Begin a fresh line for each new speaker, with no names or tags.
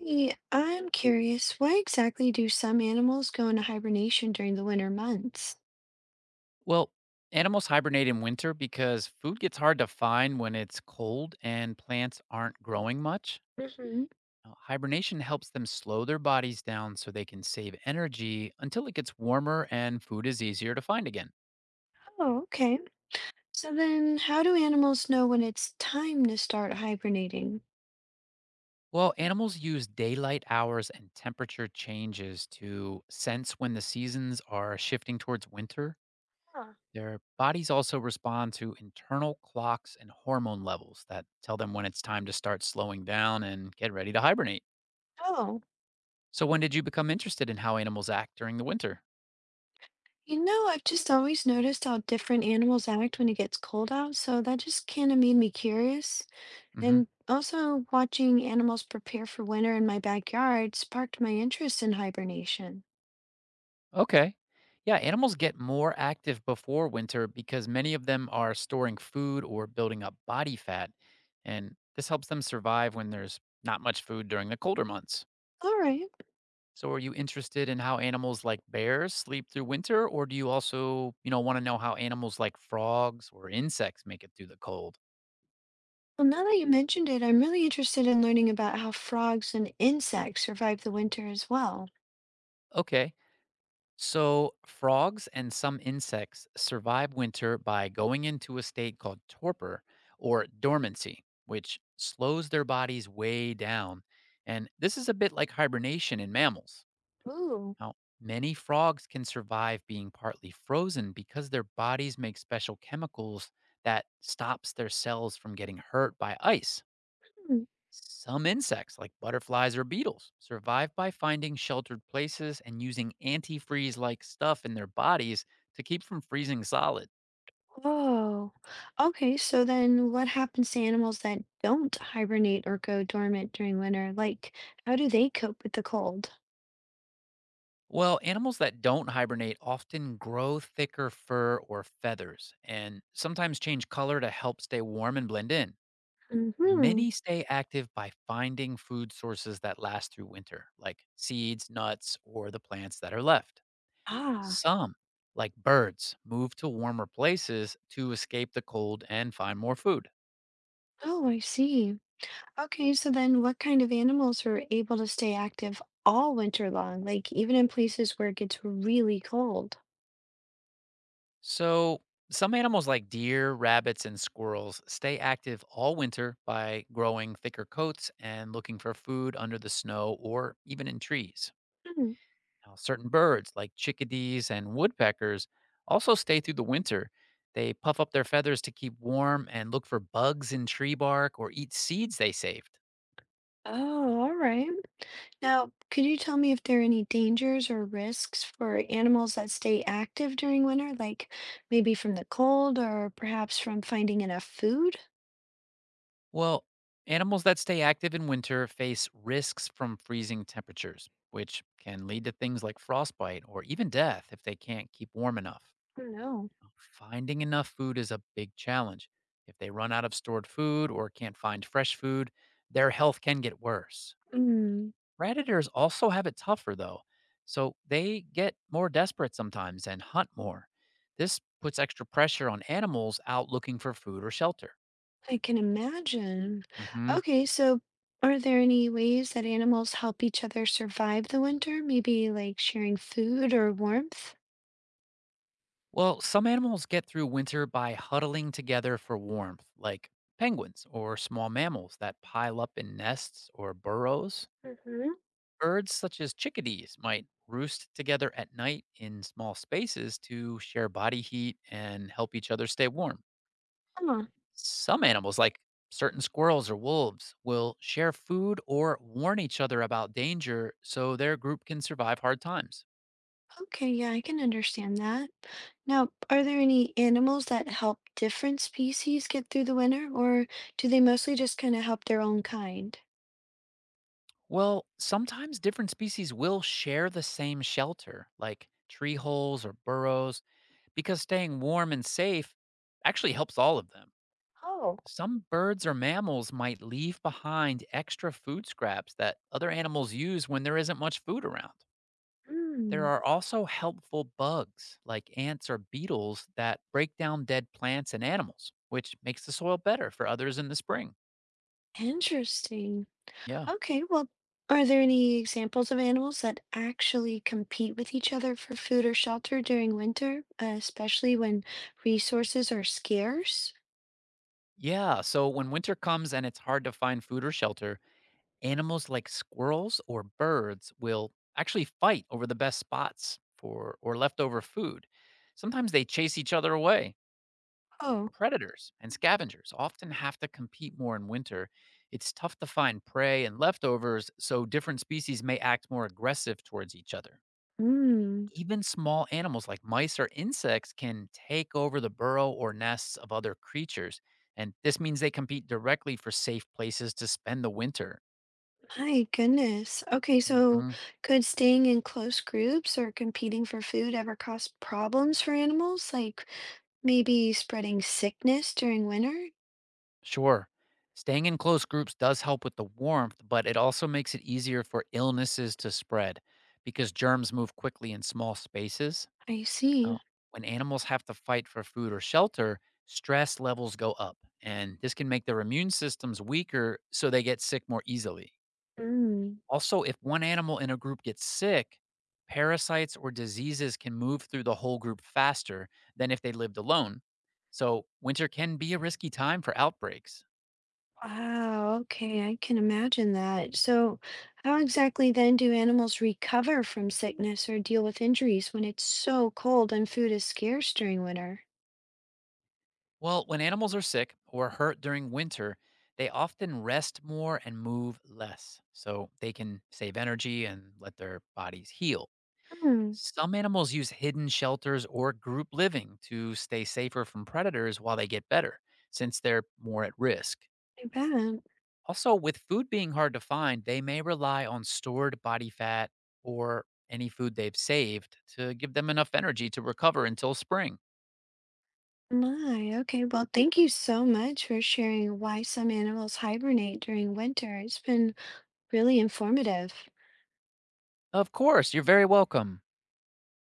Hey, I'm curious, why exactly do some animals go into hibernation during the winter months?
Well, animals hibernate in winter because food gets hard to find when it's cold and plants aren't growing much.
Hmm.
Now, hibernation helps them slow their bodies down so they can save energy until it gets warmer and food is easier to find again.
Oh, okay. So then, how do animals know when it's time to start hibernating?
Well, animals use daylight hours and temperature changes to sense when the seasons are shifting towards winter.
Huh.
Their bodies also respond to internal clocks and hormone levels that tell them when it's time to start slowing down and get ready to hibernate.
Oh,
So when did you become interested in how animals act during the winter?
I've just always noticed how different animals act when it gets cold out, so that just kind of made me curious.
Mhm.
And also, watching animals prepare for winter in my backyard sparked my interest in hibernation.
Okay. Yeah, animals get more active before winter because many of them are storing food or building up body fat, and this helps them survive when there's not much food during the colder months.
All right.
So are you interested in how animals like bears sleep through winter, or do you also, want to know how animals like frogs or insects make it through the cold?
Well, now that you mentioned it, I'm really interested in learning about how frogs and insects survive the winter as well.
Okay. So, frogs and some insects survive winter by going into a state called torpor or dormancy, which slows their bodies way down. And this is a bit like hibernation in mammals.
Ooh.
Now, many frogs can survive being partly frozen because their bodies make special chemicals that stops their cells from getting hurt by ice.
Hmm.
Some insects, like butterflies or beetles, survive by finding sheltered places and using antifreeze like stuff in their bodies to keep from freezing solid.
Whoa. Okay, so then what happens to animals that don't hibernate or go dormant during winter? Like, how do they cope with the cold?
Well, animals that don't hibernate often grow thicker fur or feathers and sometimes change color to help stay warm and blend in.
Mm-hmm.
Many stay active by finding food sources that last through winter, like seeds, nuts, or the plants that are left.
Ah,
Some, like birds, move to warmer places to escape the cold and find more food.
oh, I see. Okay, so then what kind of animals are able to stay active all winter long, like even in places where it gets really cold?
So, some animals like deer, rabbits, and squirrels stay active all winter by growing thicker coats and looking for food under the snow or even in trees.
Hmm.
Now, certain birds, like chickadees and woodpeckers, also stay through the winter. They puff up their feathers to keep warm and look for bugs in tree bark or eat seeds they saved.
Oh, all right. Now, could you tell me if there are any dangers or risks for animals that stay active during winter, like maybe from the cold or perhaps from finding enough food?
Well, animals that stay active in winter face risks from freezing temperatures, which can lead to things like frostbite or even death if they can't keep warm enough.
No.
Finding enough food is a big challenge. If they run out of stored food or can't find fresh food, their health can get worse.
Mm.
Predators also have it tougher, though, so they get more desperate sometimes and hunt more. This puts extra pressure on animals out looking for food or shelter.
I can imagine.
Hmm.
Okay, so are there any ways that animals help each other survive the winter? Maybe like sharing food or warmth?
Well, some animals get through winter by huddling together for warmth, like penguins or small mammals that pile up in nests or burrows.
Mm-hmm.
Birds such as chickadees might roost together at night in small spaces to share body heat and help each other stay warm. Some animals, like certain squirrels or wolves, will share food or warn each other about danger so their group can survive hard times.
Okay, yeah, I can understand that. Now, are there any animals that help different species get through the winter, or do they mostly just kind of help their own kind?
Well, sometimes different species will share the same shelter, like tree holes or burrows, because staying warm and safe actually helps all of them.
Oh.
Some birds or mammals might leave behind extra food scraps that other animals use when there isn't much food around. There
Hmm,
are also helpful bugs like ants or beetles that break down dead plants and animals, which makes the soil better for others in the spring.
interesting.
Yeah.
Okay, well, are there any examples of animals that actually compete with each other for food or shelter during winter, especially when resources are scarce?
Yeah. So when winter comes and it's hard to find food or shelter, animals like squirrels or birds will actually fight over the best spots for or leftover food. Sometimes they chase each other away.
Oh.
Predators and scavengers often have to compete more in winter. It's tough to find prey and leftovers, so different species may act more aggressive towards each other.
Hmm.
Even small animals like mice or insects can take over the burrow or nests of other creatures, and this means they compete directly for safe places to spend the winter.
My goodness. Okay, so
Mhm.
could staying in close groups or competing for food ever cause problems for animals, like maybe spreading sickness during winter?
Sure. Staying in close groups does help with the warmth, but it also makes it easier for illnesses to spread because germs move quickly in small spaces.
I
Oh,
see.
when animals have to fight for food or shelter, stress levels go up, and this can make their immune systems weaker so they get sick more easily.
Mm.
Also, if one animal in a group gets sick, parasites or diseases can move through the whole group faster than if they lived alone. So, winter can be a risky time for outbreaks.
Wow, okay, I can imagine that. So, how exactly then do animals recover from sickness or deal with injuries when it's so cold and food is scarce during winter?
Well, when animals are sick or hurt during winter, they often rest more and move less, so they can save energy and let their bodies heal.
Hmm.
Some animals use hidden shelters or group living to stay safer from predators while they get better, since they're more at risk.
I bet.
Also, with food being hard to find, they may rely on stored body fat or any food they've saved to give them enough energy to recover until spring.
My, okay. Well, thank you so much for sharing why some animals hibernate during winter. It's been really informative.
Of course, you're very welcome.